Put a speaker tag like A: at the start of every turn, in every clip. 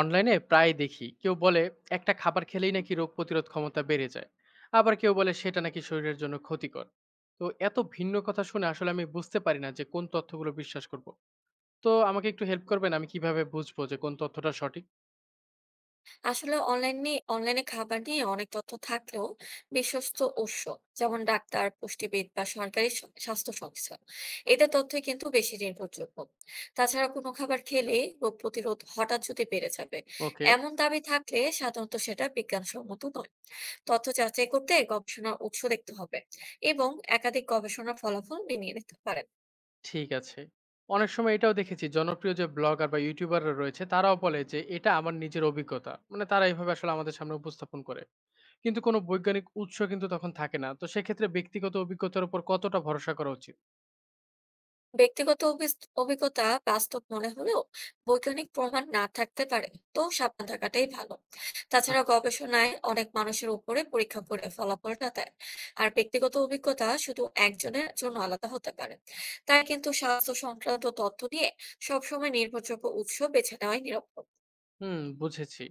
A: অনলাইনে প্রায় দেখি কেউ বলে একটা খাবার খেলেই নাকি রোগ প্রতিরোধ ক্ষমতা বেড়ে যায়, আবার কেউ বলে সেটা নাকি শরীরের জন্য ক্ষতিকর। তো এত ভিন্ন কথা শুনে আসলে আমি বুঝতে পারি না যে কোন তথ্যগুলো বিশ্বাস করব। তো আমাকে একটু হেল্প করবেন, আমি কিভাবে বুঝবো যে কোন তথ্যটা সঠিক?
B: আসলে অনলাইনে অনলাইনে খাবার নিয়ে অনেক তথ্য থাকলেও বিশ্বস্ত উৎস যেমন ডাক্তার, পুষ্টিবিদ বা সরকারি স্বাস্থ্য সংস্থা, এদের তথ্যই কিন্তু বেশি নির্ভরযোগ্য। তাছাড়া কোনো খাবার খেলে রোগ প্রতিরোধ হঠাৎ যদি বেড়ে যাবে
A: ওকে।
B: এমন দাবি থাকলে সাধারণত সেটা বিজ্ঞানসম্মত নয়। তথ্য যাচাই করতে গবেষণার উৎস দেখতে হবে, এবং একাধিক গবেষণার ফলাফল মিলিয়ে নিতে পারেন।
A: ঠিক আছে। অনেক সময় এটাও দেখেছি, জনপ্রিয় যে ব্লগার বা ইউটিউবাররা রয়েছে তারাও বলে যে এটা আমার নিজের অভিজ্ঞতা, মানে তারা এইভাবে আসলে আমাদের সামনে উপস্থাপন করে। কিন্তু কোনো বৈজ্ঞানিক উৎস কিন্তু তখন থাকে না। তো সেক্ষেত্রে ব্যক্তিগত অভিজ্ঞতার উপর কতটা ভরসা করা উচিত?
B: ব্যক্তিগত অভিজ্ঞতা বাস্তব মনে হলেও বৈজ্ঞানিক প্রমাণ না থাকতে পারে, তো সাবধান থাকাটাই ভালো। তাছাড়া
A: আচ্ছা।
B: গবেষণায় অনেক মানুষের উপরে পরীক্ষা করে ফলাফলটা দেয়। আর ব্যক্তিগত অভিজ্ঞতা শুধু একজনের জন্য আলাদা হতে পারে। তাই কিন্তু স্বাস্থ্য সংক্রান্ত তথ্য নিয়ে সবসময় নির্ভরযোগ্য উৎস বেছে নেওয়াই নিরাপদ।
A: হুম, বুঝেছি।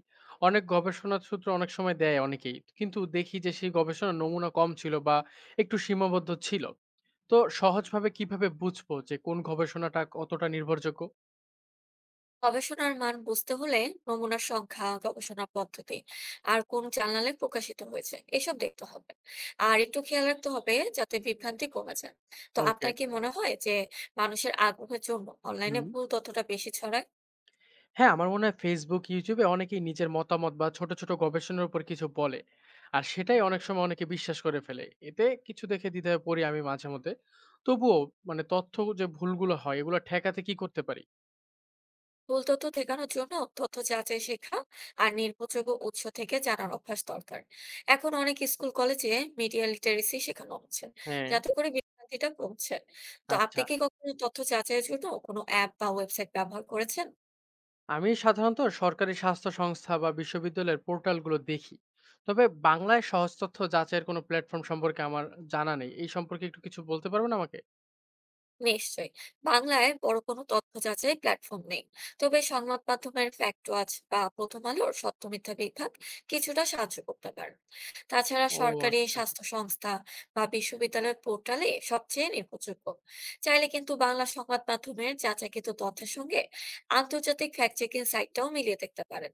A: অনেক গবেষণার সূত্র অনেক সময় দেয় অনেকেই। কিন্তু দেখি যে সেই গবেষণার নমুনা কম ছিল বা একটু সীমাবদ্ধ ছিল। তো সহজভাবে কিভাবে বুঝবো যে কোন গবেষণাটা কতটা নির্ভরযোগ্য?
B: গবেষণার মান বুঝতে হলে নমুনার সংখ্যা, গবেষণা পদ্ধতি, আর কোন জার্নালে প্রকাশিত হয়েছে এসব দেখতে হবে। আর একটু খেয়াল রাখতে হবে যাতে বিভ্রান্তি কমে যায়। তো
A: ওকে।
B: আপনার কি মনে হয় যে মানুষের আগ্রহের জন্য অনলাইনে
A: হুম।
B: ভুল তথ্যটা বেশি ছড়ায়?
A: হ্যাঁ, আমার মনে হয় Facebook, YouTube এ অনেকেই নিজের মতামত বা ছোট, ছোট গবেষণার উপর কিছু বলে। আর সেটাই অনেক সময় অনেকে বিশ্বাস করে ফেলে। এতে কিছু দেখে দ্বিধায় পড়ি আমি মাঝে মধ্যে। তবুও, মানে তথ্য যে ভুলগুলো হয় এগুলো ঠেকাতে কি করতে পারি?
B: ভুল তথ্য ঠেকানোর জন্য তথ্য যাচাই শেখা আর নির্ভরযোগ্য উৎস থেকে জানার অভ্যাস দরকার। এখন অনেক স্কুল কলেজে মিডিয়া লিটারেসি শেখানো হচ্ছে,
A: হ্যাঁ,
B: যাতে করে বিভ্রান্তিটা কমছে। তো আপনি
A: আচ্ছা।
B: কি কখনো তথ্য যাচাইয়ের জন্য কোনো অ্যাপ বা ওয়েবসাইট ব্যবহার করেছেন?
A: আমি সাধারণত সরকারি স্বাস্থ্য সংস্থা বা বিশ্ববিদ্যালয়ের পোর্টালগুলো দেখি। তবে বাংলায় সহজ তথ্য যাচাইয়ের কোনো প্ল্যাটফর্ম সম্পর্কে আমার জানা নেই। এই সম্পর্কে একটু কিছু বলতে পারবেন আমাকে?
B: নিশ্চয়ই। বাংলায় বড় কোনো তথ্য যাচাই প্ল্যাটফর্ম নেই, তবে সংবাদ মাধ্যমের ফ্যাক্ট ওয়াচ বা প্রথম আলোর সত্য মিথ্যা বিভাগ কিছুটা সাহায্য করতে পারে। তাছাড়া
A: ও,
B: সরকারি
A: আচ্ছা।
B: স্বাস্থ্য সংস্থা বা বিশ্ববিদ্যালয়ের পোর্টালে সবচেয়ে নির্ভরযোগ্য। চাইলে কিন্তু বাংলা সংবাদ মাধ্যমের যাচাইকৃত তথ্যের সঙ্গে আন্তর্জাতিক ফ্যাক্ট চেকিং সাইটটাও মিলিয়ে দেখতে পারেন।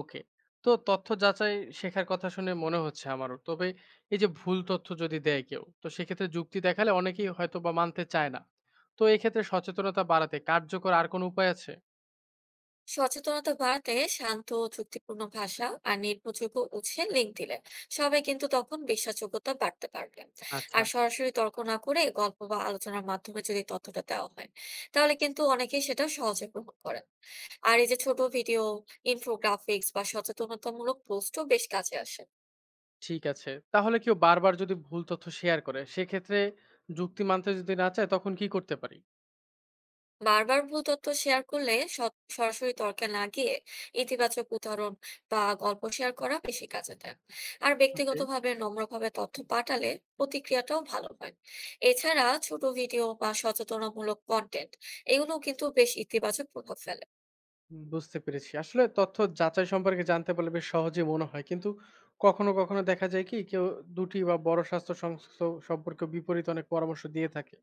A: ওকে। তো তথ্য যাচাই শেখার কথা শুনে মনে হচ্ছে আমারও। তবে এই যে ভুল তথ্য যদি দেয় কেউ, তো সেক্ষেত্রে যুক্তি দেখালে অনেকেই হয়তো বা মানতে চায় না। তো এক্ষেত্রে সচেতনতা বাড়াতে কার্যকর আর কোনো উপায় আছে?
B: সচেতনতা বাড়াতে শান্ত ও যুক্তিপূর্ণ ভাষা আর নির্ভরযোগ্য উৎসের লিঙ্ক দিলে সবাই কিন্তু তখন বিশ্বাসযোগ্যতা বাড়তে পারবে।
A: আচ্ছা।
B: আর সরাসরি তর্ক না করে গল্প বা আলোচনার মাধ্যমে যদি তথ্যটা দেওয়া হয়, তাহলে কিন্তু অনেকেই সেটা সহজে গ্রহণ করেন। আর এই যে ছোট ভিডিও, ইনফোগ্রাফিক্স বা সচেতনতামূলক পোস্টও বেশ কাজে আসে।
A: ঠিক আছে, তাহলে কেউ বারবার যদি ভুল তথ্য শেয়ার করে সেক্ষেত্রে যুক্তি মানতে যদি না চায়, তখন কি করতে পারি?
B: বারবার ভুল তথ্য শেয়ার করলে সরাসরি তর্কে না গিয়ে ইতিবাচক উদাহরণ বা গল্প শেয়ার করা বেশি কাজে দেয়। আর
A: ওকে,
B: ব্যক্তিগতভাবে নম্রভাবে তথ্য পাঠালে প্রতিক্রিয়াটাও ভালো হয়। এছাড়া ছোট ভিডিও বা সচেতনামূলক কন্টেন্ট, এগুলো কিন্তু বেশ ইতিবাচক প্রভাব ফেলে।
A: বুঝতে পেরেছি। আসলে তথ্য যাচাই সম্পর্কে জানতে পারলে বেশ সহজেই মনে হয়। কিন্তু কখনো, কখনো দেখা যায় কি কেউ ২টি বা বড় স্বাস্থ্য সংস্থা সম্পর্কে বিপরীত অনেক পরামর্শ দিয়ে থাকে।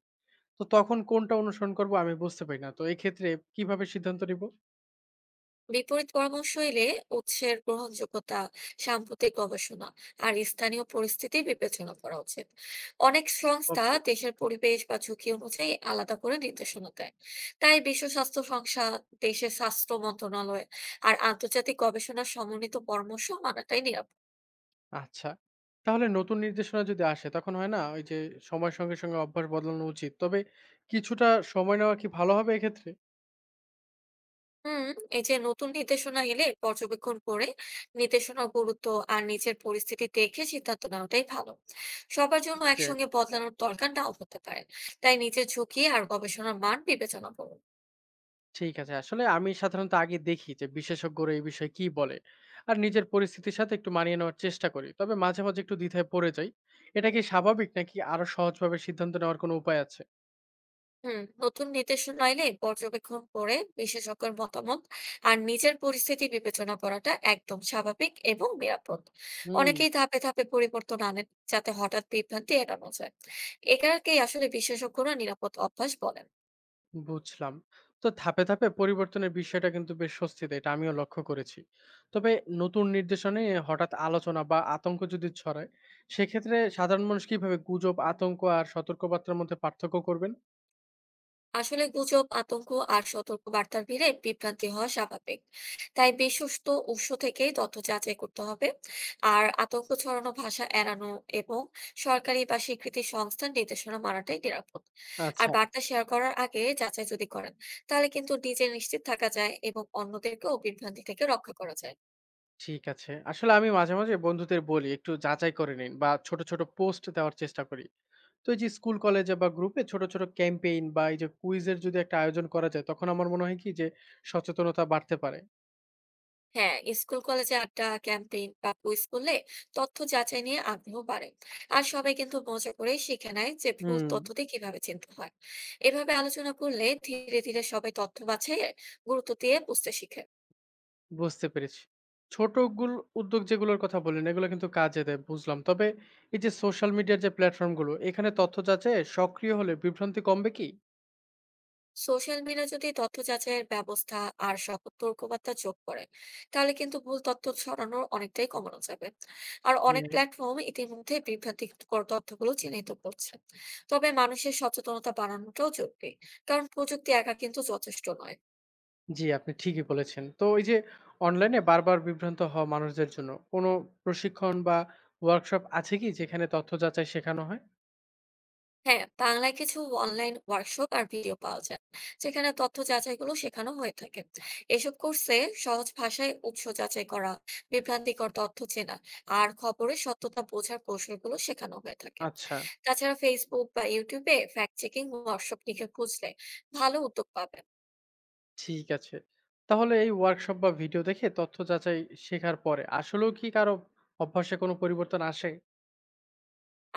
A: তো তখন কোনটা অনুসরণ করব আমি বুঝতে পারি না। তো এক্ষেত্রে কিভাবে সিদ্ধান্ত নিব?
B: বিপরীত পরামর্শ এলে উৎসের গ্রহণযোগ্যতা, সাম্প্রতিক গবেষণা আর স্থানীয় পরিস্থিতি বিবেচনা করা উচিত। অনেক সংস্থা
A: ওকে।
B: দেশের পরিবেশ বা ঝুঁকি অনুযায়ী আলাদা করে নির্দেশনা দেয়। তাই বিশ্ব স্বাস্থ্য সংস্থা, দেশের স্বাস্থ্য মন্ত্রণালয় আর আন্তর্জাতিক গবেষণার সমন্বিত পরামর্শ মানাটাই নিরাপদ।
A: আচ্ছা। তাহলে নতুন নির্দেশনা যদি আসে তখন হয় না, ওই যে সময়ের সঙ্গে, সঙ্গে অভ্যাস বদলানো উচিত। তবে কিছুটা সময় নেওয়া কি ভালো হবে এক্ষেত্রে?
B: হুম, এই যে নতুন নির্দেশনা এলে পর্যবেক্ষণ করে নির্দেশনার গুরুত্ব আর নিজের পরিস্থিতি দেখে সিদ্ধান্ত নেওয়াটাই ভালো। সবার জন্য একসঙ্গে বদলানোর দরকার নাও হতে পারে। তাই নিজের ঝুঁকি আর গবেষণার মান বিবেচনা করুন।
A: ঠিক আছে। আসলে আমি সাধারণত আগে দেখি যে বিশেষজ্ঞরা এই বিষয়ে কি বলে, আর নিজের পরিস্থিতির সাথে একটু মানিয়ে নেওয়ার চেষ্টা করি। তবে মাঝে, মাঝে একটু দ্বিধায় পড়ে যাই। এটা কি স্বাভাবিক, নাকি আরো সহজভাবে সিদ্ধান্ত নেওয়ার কোনো উপায় আছে?
B: হুম, নতুন নির্দেশনা এলে পর্যবেক্ষণ করে বিশেষজ্ঞের মতামত আর নিজের পরিস্থিতি বিবেচনা করাটা একদম স্বাভাবিক এবং নিরাপদ।
A: হুম।
B: অনেকেই ধাপে ধাপে পরিবর্তন আনেন, যাতে হঠাৎ বিভ্রান্তি এড়ানো যায়। এটাকেই আসলে বিশেষজ্ঞরা নিরাপদ অভ্যাস বলেন।
A: বুঝলাম। তো ধাপে, ধাপে পরিবর্তনের বিষয়টা কিন্তু বেশ স্বস্তি দেয়। এটা আমিও লক্ষ্য করেছি। তবে নতুন নির্দেশনে হঠাৎ আলোচনা বা আতঙ্ক যদি ছড়ায়, সেক্ষেত্রে সাধারণ মানুষ কিভাবে গুজব, আতঙ্ক আর সতর্কবার্তার মধ্যে পার্থক্য করবেন?
B: আসলে গুজব, আতঙ্ক আর সতর্কবার্তার ভিড়ে বিভ্রান্তি হওয়া স্বাভাবিক। তাই বিশ্বস্ত উৎস থেকেই তথ্য যাচাই করতে হবে। আর আতঙ্ক ছড়ানো ভাষা এড়ানো, এবং সরকারি বা স্বীকৃতি সংস্থার নির্দেশনা মানাটাই নিরাপদ। আর
A: আচ্ছা।
B: বার্তা শেয়ার করার আগে যাচাই যদি করেন, তাহলে কিন্তু নিজে নিশ্চিত থাকা যায় এবং অন্যদেরকেও বিভ্রান্তি থেকে রক্ষা করা যায়।
A: ঠিক আছে। আসলে আমি মাঝে, মাঝে বন্ধুদের বলি একটু যাচাই করে নিন, বা ছোট, ছোট পোস্ট দেওয়ার চেষ্টা করি। তো এই যে স্কুল, কলেজে বা গ্রুপে ছোট, ছোট ক্যাম্পেইন বা এই যে কুইজের যদি একটা আয়োজন করা যায়, তখন আমার মনে হয় কি যে সচেতনতা বাড়তে পারে।
B: হ্যাঁ, স্কুল কলেজে আড্ডা, ক্যাম্পেইন বা কুইজ করলে তথ্য যাচাই নিয়ে আগ্রহ বাড়ে। আর সবাই কিন্তু মজা করে শিখে নেয় যে ভুল
A: হুম।
B: তথ্য দিয়ে কিভাবে চিনতে হয়। এভাবে আলোচনা করলে ধীরে ধীরে সবাই তথ্য বাছাইয়ের গুরুত্ব দিয়ে বুঝতে শিখে।
A: বুঝতে পেরেছি। ছোট উদ্যোগ যেগুলোর কথা বললেন এগুলো কিন্তু কাজে দেয়, বুঝলাম। তবে এই যে সোশ্যাল মিডিয়ার যে প্ল্যাটফর্মগুলো, এখানে তথ্য যাচাইয়ে সক্রিয় হলে বিভ্রান্তি কমবে কি?
B: সোশ্যাল মিডিয়া যদি তথ্য যাচাইয়ের ব্যবস্থা আর সতর্কবার্তা যোগ করে, তাহলে কিন্তু ভুল তথ্য ছড়ানোর অনেকটাই কমানো যাবে। আর
A: জি।
B: অনেক প্ল্যাটফর্ম ইতিমধ্যে বিভ্রান্তিকর তথ্যগুলো চিহ্নিত করছে। তবে মানুষের সচেতনতা বাড়ানোটাও জরুরি, কারণ প্রযুক্তি একা কিন্তু যথেষ্ট নয়।
A: জি, আপনি ঠিকই বলেছেন। তো এই যে অনলাইনে বারবার বিভ্রান্ত হওয়া মানুষদের জন্য কোনো প্রশিক্ষণ বা ওয়ার্কশপ আছে কি, যেখানে তথ্য যাচাই শেখানো হয়?
B: হ্যাঁ, বাংলায় কিছু অনলাইন ওয়ার্কশপ আর ভিডিও পাওয়া যায়, যেখানে তথ্য যাচাইগুলো শেখানো হয়ে থাকে। এসব কোর্সে সহজ ভাষায় উৎস যাচাই করা, বিভ্রান্তিকর তথ্য চেনা আর খবরের সত্যতা বোঝার কৌশলগুলো শেখানো হয়ে থাকে।
A: আচ্ছা,
B: তাছাড়া ফেসবুক বা ইউটিউবে ফ্যাক্ট চেকিং ওয়ার্কশপ লিখে খুঁজলে ভালো উদ্যোগ পাবেন।
A: ঠিক আছে। তাহলে এই ওয়ার্কশপ বা ভিডিও দেখে তথ্য যাচাই শেখার পরে আসলেও কি কারো অভ্যাসে কোনো পরিবর্তন আসে?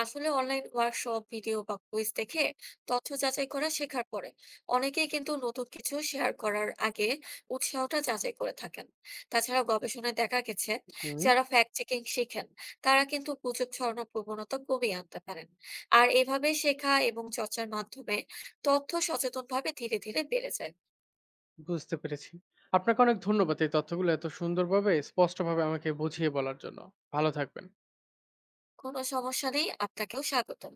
B: আসলে অনলাইন ওয়ার্কশপ, ভিডিও বা কুইজ দেখে তথ্য যাচাই করা শেখার পরে অনেকেই কিন্তু নতুন কিছু শেয়ার করার আগে উৎসাহটা যাচাই করে থাকেন। তাছাড়া গবেষণায় দেখা গেছে
A: হুম,
B: যারা ফ্যাক্ট চেকিং শিখেন, তারা কিন্তু গুজব ছড়ানোর প্রবণতা কমিয়ে আনতে পারেন। আর এভাবে শেখা এবং চর্চার মাধ্যমে তথ্য সচেতনভাবে ধীরে ধীরে বেড়ে যায়।
A: বুঝতে পেরেছি। আপনাকে অনেক ধন্যবাদ এই তথ্যগুলো এত সুন্দরভাবে, স্পষ্টভাবে আমাকে বুঝিয়ে বলার জন্য। ভালো থাকবেন।
B: কোনো সমস্যা নেই, আপনাকেও স্বাগতম।